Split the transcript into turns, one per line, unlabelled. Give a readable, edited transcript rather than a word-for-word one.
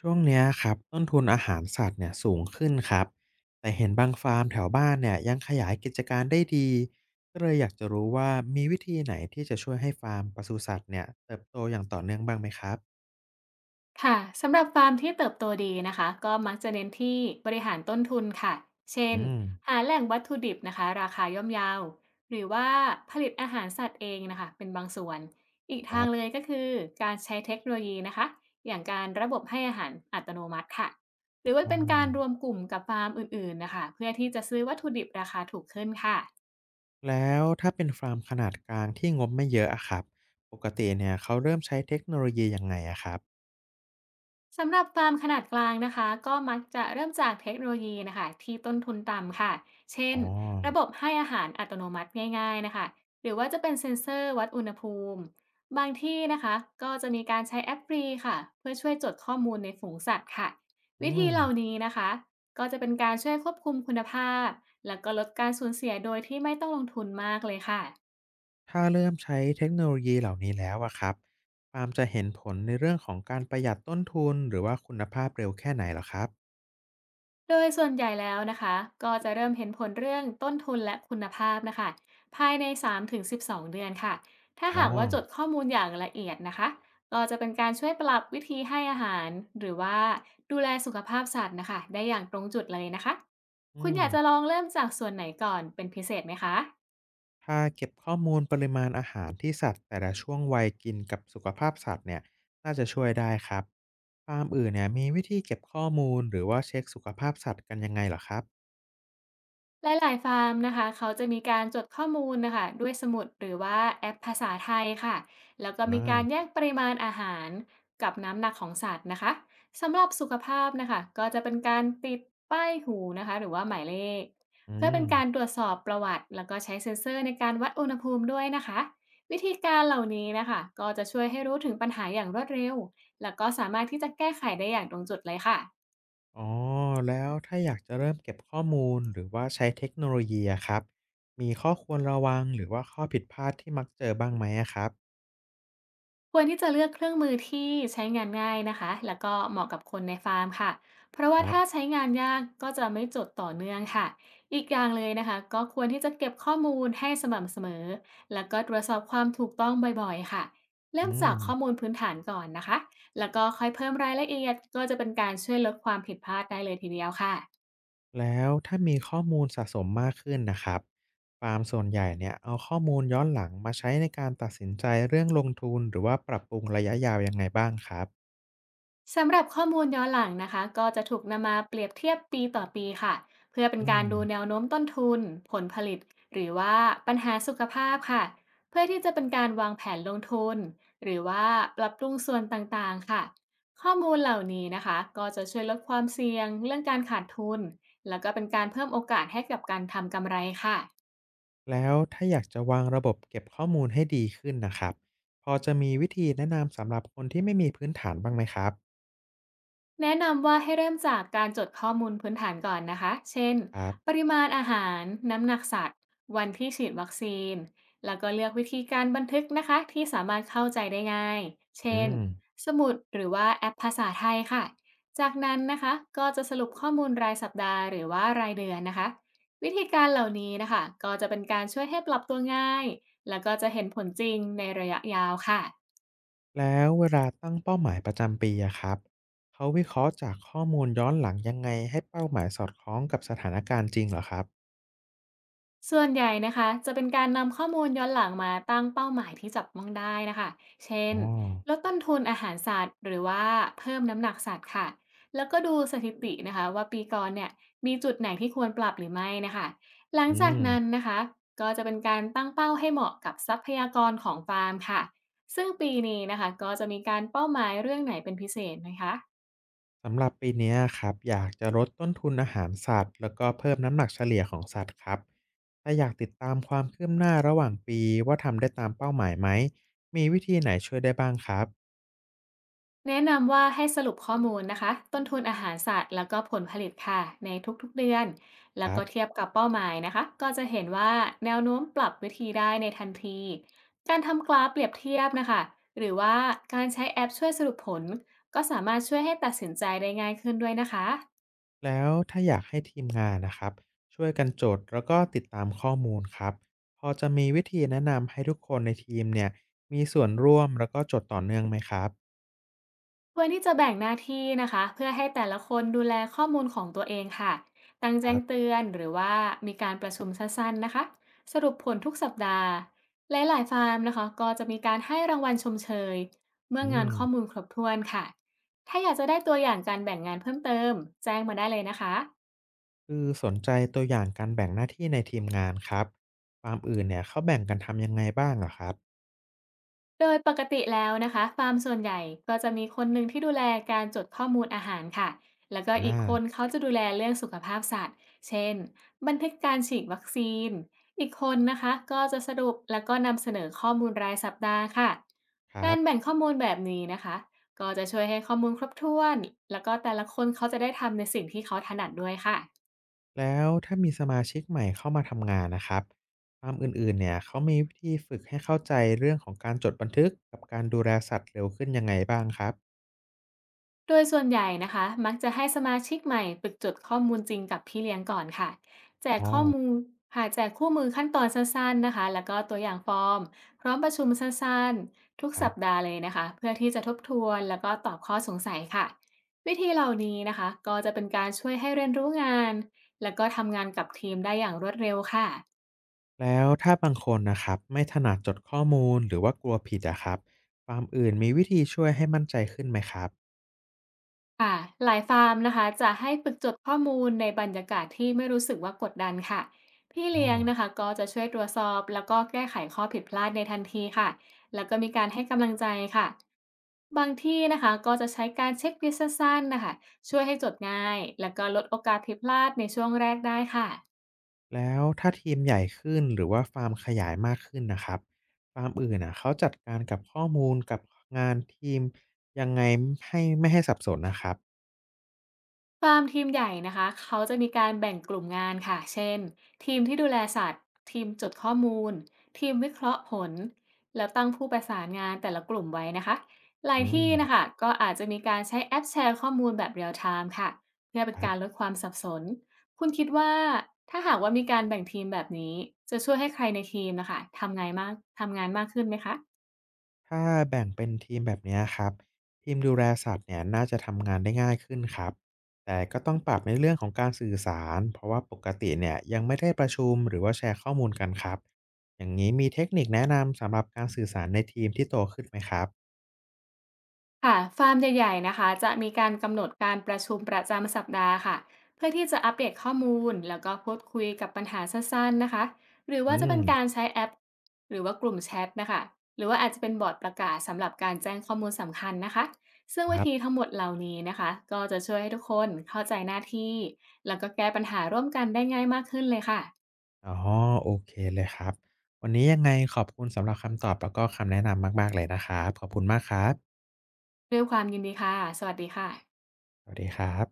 ช่วงเนี้ยครับต้นทุนอาหารสัตว์เนี่ยสูงขึ้นครับแต่เห็นบางฟาร์มแถวบ้านเนี่ยยังขยายกิจการได้ดีก็เลยอยากจะรู้ว่ามีวิธีไหนที่จะช่วยให้ฟาร์มปศุสัตว์เนี่ยเติบโตอย่างต่อเนื่องบ้างไหมครับ
ค่ะสำหรับฟาร์มที่เติบโตดีนะคะก็มักจะเน้นที่บริหารต้นทุนค่ะเช่น
อืม
หาแหล่งวัตถุดิบนะคะราคาย่อมเยาวหรือว่าผลิตอาหารสัตว์เองนะคะเป็นบางส่วนอีก
ค
ทาง
รั
เล
บ
ยก็คือการใช้เทคโนโลยีนะคะอย่างการระบบให้อาหารอัตโนมัติค่ะหรือว่า
อ๋อ
เป็นการรวมกลุ่มกับฟาร์มอื่นๆนะคะเพื่อที่จะซื้อวัตถุดิบราคาถูกขึ้นค่ะ
แล้วถ้าเป็นฟาร์มขนาดกลางที่งบไม่เยอะอะครับปกติเนี่ยเขาเริ่มใช้เทคโนโลยียังไงอะครับ
สำหรับฟาร์มขนาดกลางนะคะก็มักจะเริ่มจากเทคโนโลยีนะคะที่ต้นทุนต่ำค่ะเช่
อ๋
น
อ
ระบบให้อาหารอัตโนมัติง่ายๆนะคะหรือว่าจะเป็นเซ็นเซอร์วัดอุณหภูมิบางที่นะคะก็จะมีการใช้แอปฟรีค่ะเพื่อช่วยจดข้อมูลในฝูงสัตว์ค่ะวิ
อื
ธี
ม
เหล่านี้นะคะก็จะเป็นการช่วยควบคุมคุณภาพและก็ลดการสูญเสียโดยที่ไม่ต้องลงทุนมากเลยค่ะ
ถ้าเริ่มใช้เทคโนโลยีเหล่านี้แล้วอะครับปาล์มจะเห็นผลในเรื่องของการประหยัดต้นทุนหรือว่าคุณภาพเร็วแค่ไหนเหรอครับ
โดยส่วนใหญ่แล้วนะคะก็จะเริ่มเห็นผลเรื่องต้นทุนและคุณภาพนะคะภายใน3-12เดือนค่ะถ้า
อ๋อ
หากว่าจดข้อมูลอย่างละเอียดนะคะก็จะเป็นการช่วยปรับวิธีให้อาหารหรือว่าดูแลสุขภาพสัตว์นะคะได้อย่างตรงจุดเลยนะคะ
อื
คุณอยากจะล
ม
องเริ่มจากส่วนไหนก่อนเป็นพิเศษไหมคะ
ถ้าเก็บข้อมูลปริมาณอาหารที่สัตว์แต่ละช่วงวัยกินกับสุขภาพสัตว์เนี่ยน่าจะช่วยได้ครับฟาร์มอื่นเนี่ยมีวิธีเก็บข้อมูลหรือว่าเช็คสุขภาพสัตว์กันยังไงเหรอครับ
หลายๆฟาร์มนะคะเขาจะมีการจดข้อมูลนะคะด้วยสมุดหรือว่าแอปภาษาไทยค่ะแล้วก็มีการ
อา
แยกปริมาณอาหารกับน้ำหนักของสัตว์นะคะสำหรับสุขภาพนะคะก็จะเป็นการติดป้ายหูนะคะหรือว่าหมายเลข
อื
เพื่อเป็น
ม
การตรวจสอบประวัติแล้วก็ใช้เซ็นเซอร์ในการวัดอุณหภูมิด้วยนะคะวิธีการเหล่านี้นะคะก็จะช่วยให้รู้ถึงปัญหาอย่างรวดเร็วแล้วก็สามารถที่จะแก้ไขได้อย่างตรงจุดเลยค่ะ
อ๋อแล้วถ้าอยากจะเริ่มเก็บข้อมูลหรือว่าใช้เทคโนโลยีอะครับมีข้อควรระวังหรือว่าข้อผิดพลาดที่มักเจอบ้างไหมอะครับ
ควรที่จะเลือกเครื่องมือที่ใช้งานง่ายนะคะแล้วก็เหมาะกับคนในฟาร์มค่ะเพราะว่า
ครั
ถ้า
บ
ใช้งานยากก็จะไม่จดต่อเนื่องค่ะอีกอย่างเลยนะคะก็ควรที่จะเก็บข้อมูลให้สม่ำเสมอแล้วก็ตรวจสอบความถูกต้องบ่อยๆค่ะเริ่
อื
มจา
ม
กข้อมูลพื้นฐานก่อนนะคะแล้วก็ค่อยเพิ่มรายละเอียดก็จะเป็นการช่วยลดความผิดพลาดได้เลยทีเดียวค่ะ
แล้วถ้ามีข้อมูลสะสมมากขึ้นน่ะครับฟาร์มส่วนใหญ่เนี่ยเอาข้อมูลย้อนหลังมาใช้ในการตัดสินใจเรื่องลงทุนหรือว่าปรับปรุงระยะยาวยังไงบ้างครับ
สำหรับข้อมูลย้อนหลังนะคะก็จะถูกนำมาเปรียบเทียบปีต่อปีค่ะเพื่อเป็น
อื
กา
ม
รดูแนวโน้มต้นทุนผลผลิตหรือว่าปัญหาสุขภาพค่ะเพื่อที่จะเป็นการวางแผนลงทุนหรือว่าปรับปรุงส่วนต่างๆค่ะข้อมูลเหล่านี้นะคะก็จะช่วยลดความเสี่ยงเรื่องการขาดทุนแล้วก็เป็นการเพิ่มโอกาสให้กับการทำกำไรค่ะ
แล้วถ้าอยากจะวางระบบเก็บข้อมูลให้ดีขึ้นน่ะครับพอจะมีวิธีแนะนำสำหรับคนที่ไม่มีพื้นฐานบ้างไหมครับ
แนะนำว่าให้เริ่มจากการจดข้อมูลพื้นฐานก่อนนะคะเช่น
ครั
ป
บ
ริมาณอาหารน้ำหนักสัตว์วันที่ฉีดวัคซีนแล้วก็เลือกวิธีการบันทึกนะคะที่สามารถเข้าใจได้ง่าย
อื
เช่น
ม
สมุดหรือว่าแอปภาษาไทยค่ะจากนั้นนะคะก็จะสรุปข้อมูลรายสัปดาห์หรือว่ารายเดือนนะคะวิธีการเหล่านี้นะคะก็จะเป็นการช่วยให้ปรับตัวง่ายแล้วก็จะเห็นผลจริงในระยะยาวค่ะ
แล้วเวลาตั้งเป้าหมายประจำปีอะครับเขาวิเคราะห์จากข้อมูลย้อนหลังยังไงให้เป้าหมายสอดคล้องกับสถานการณ์จริงเหรอครับ
ส่วนใหญ่นะคะจะเป็นการนำข้อมูลย้อนหลังมาตั้งเป้าหมายที่จับต้องได้นะคะเช่น
อ๋อ
ลดต้นทุนอาหารสัตว์หรือว่าเพิ่มน้ำหนักสัตว์ค่ะแล้วก็ดูสถิตินะคะว่าปีก่อนเนี่ยมีจุดไหนที่ควรปรับหรือไม่นะคะหลัง
อื
จาก
ม
นั้นนะคะก็จะเป็นการตั้งเป้าให้เหมาะกับทรัพยากรของฟาร์มค่ะซึ่งปีนี้นะคะก็จะมีการเป้าหมายเรื่องไหนเป็นพิเศษไหมคะ
สำหรับปีเนี้ยครับอยากจะลดต้นทุนอาหารสัตว์แล้วก็เพิ่มน้ำหนักเฉลี่ยของสัตว์ครับถ้าอยากติดตามความคืบหน้าระหว่างปีว่าทำได้ตามเป้าหมายไหมมีวิธีไหนช่วยได้บ้างครับ
แนะนำว่าให้สรุปข้อมูลนะคะต้นทุนอาหารสัตว์แล้วก็ผลผลิตค่ะในทุกๆเดือน
ค
แล้ว
รั
ก็
บ
เทียบกับเป้าหมายนะคะก็จะเห็นว่าแนวโน้มปรับวิธีได้ในทันทีการทำกราฟเปรียบเทียบนะคะหรือว่าการใช้แอปช่วยสรุปผลก็สามารถช่วยให้ตัดสินใจได้ง่ายขึ้นด้วยนะคะ
แล้วถ้าอยากให้ทีมงานนะครับช่วยกันจดแล้วก็ติดตามข้อมูลครับพอจะมีวิธีแนะนำให้ทุกคนในทีมเนี่ยมีส่วนร่วมแล้วก็จดต่อเนื่องไหมครับ
ควรที่จะแบ่งหน้าที่นะคะเพื่อให้แต่ละคนดูแลข้อมูลของตัวเองค่ะตั้ง
ค
แจ้
รั
ง
บ
เตือนหรือว่ามีการประชุมสั้นๆนะคะสรุปผลทุกสัปดาห์หลายๆฟาร์มนะคะก็จะมีการให้รางวัลชมเชยเมื่อ
อื
งาน
ม
ข้อมูลครบถ้วนค่ะถ้าอยากจะได้ตัวอย่างการแบ่งงานเพิ่มเติมแจ้งมาได้เลยนะคะ
คือสนใจตัวอย่างการแบ่งหน้าที่ในทีมงานครับฟาร์มอื่นเนี่ยเขาแบ่งกันทำยังไงบ้างเหรอครับ
โดยปกติแล้วนะคะฟาร์มส่วนใหญ่ก็จะมีคนหนึ่งที่ดูแลการจดข้อมูลอาหารค่ะแล้วก็อีก
อา
คนเขาจะดูแลเรื่องสุขภาพสัตว์เช่นบันทึกการฉีดวัคซีนอีกคนนะคะก็จะสรุปแล้วก็นำเสนอข้อมูลรายสัปดาห์ค่ะ
ค
กา
รั
ร
บ
แบ่งข้อมูลแบบนี้นะคะก็จะช่วยให้ข้อมูลครบถ้วนแล้วก็แต่ละคนเขาจะได้ทำในสิ่งที่เขาถนัดด้วยค่ะ
แล้วถ้ามีสมาชิกใหม่เข้ามาทำงานนะครับฟาร์มอื่นๆเนี่ยเขามีวิธีฝึกให้เข้าใจเรื่องของการจดบันทึกกับการดูแลสัตว์เร็วขึ้นยังไงบ้างครับ
โดยส่วนใหญ่นะคะมักจะให้สมาชิกใหม่ฝึกจดข้อมูลจริงกับพี่เลี้ยงก่อนค่ะแจก
อ๋อ
ข้อมูลหาแจกคู่มือขั้นตอนสั้นๆนะคะแล้วก็ตัวอย่างฟอร์มพร้อมประชุมสั้นๆทุก
ครั
สัป
บ
ดาห์เลยนะคะเพื่อที่จะทบทวนแล้วก็ตอบข้อสงสัยค่ะวิธีเหล่านี้นะคะก็จะเป็นการช่วยให้เรียนรู้งานแล้วก็ทำงานกับทีมได้อย่างรวดเร็วค่ะ
แล้วถ้าบางคนนะครับไม่ถนัดจดข้อมูลหรือว่ากลัวผิดอะครับฟาร์มอื่นมีวิธีช่วยให้มั่นใจขึ้นไหมครับ
ค่ะหลายฟาร์มนะคะจะให้ฝึกจดข้อมูลในบรรยากาศที่ไม่รู้สึกว่ากดดันค่ะพี่
อ๋อ
เลี้ยงนะคะก็จะช่วยตรวจสอบแล้วก็แก้ไขข้อผิดพลาดในทันทีค่ะแล้วก็มีการให้กำลังใจค่ะบางที่นะคะก็จะใช้การเช็คลิสต์สั้นๆนะคะช่วยให้จดง่ายแล้วก็ลดโอกาสผิดพลาดในช่วงแรกได้ค่ะ
แล้วถ้าทีมใหญ่ขึ้นหรือว่าฟาร์มขยายมากขึ้นนะครับฟาร์มอื่นอะเขาจัดการกับข้อมูลกับงานทีมยังไงให้ไม่ให้สับสนนะครับ
ฟาร์มทีมใหญ่นะคะเขาจะมีการแบ่งกลุ่มงานค่ะเช่นทีมที่ดูแลสัตว์ทีมจดข้อมูลทีมวิเคราะห์ผลแล้วตั้งผู้ประสานงานแต่ละกลุ่มไว้นะคะหลาย
อื
ที่
ม
นะคะก็อาจจะมีการใช้แอปแชร์ข้อมูลแบบเรียลไทม์ค่ะเพื่อเป็
ค
นการ
รับ
ลดความสับสน คุณคิดว่าถ้าหากว่ามีการแบ่งทีมแบบนี้จะช่วยให้ใครในทีมนะคะทำงานมากขึ้นไหมคะ
ถ้าแบ่งเป็นทีมแบบเนี้ยครับทีมดูแลสัตว์เนี่ยน่าจะทำงานได้ง่ายขึ้นครับแต่ก็ต้องปรับในเรื่องของการสื่อสารเพราะว่าปกติเนี่ยยังไม่ได้ประชุมหรือว่าแชร์ข้อมูลกันครับอย่างนี้มีเทคนิคแนะนำสำหรับการสื่อสารในทีมที่โตขึ้นไหมครับ
ค่ะฟาร์มใหญ่ๆนะคะจะมีการกำหนดการประชุมประจำสัปดาห์ค่ะเพื่อที่จะอัปเดตข้อมูล แล้วก็พูดคุยกับปัญหาสั้นๆนะคะหรือว่า
อื
จะเป็น
ม
การใช้แอป หรือว่ากลุ่มแชทนะคะหรือว่าอาจจะเป็นบอร์ดประกาศสำหรับการแจ้งข้อมูลสำคัญนะคะซึ่ง
ค
วิ
รั
ธี
บ
ทั้งหมดเหล่านี้นะคะก็จะช่วยให้ทุกคนเข้าใจหน้าที่ แล้วก็แก้ปัญหาร่วมกันได้ง่ายมากขึ้นเลยค่ะ
อ๋อโอเคเลยครับวันนี้ยังไงขอบคุณสำหรับคำตอบแล้วก็คำแนะนำมากๆเลยนะครับขอบคุณมากครับ
ด้วยความยินดีค่ะสวัสดีค่ะ
สวัสดีครับ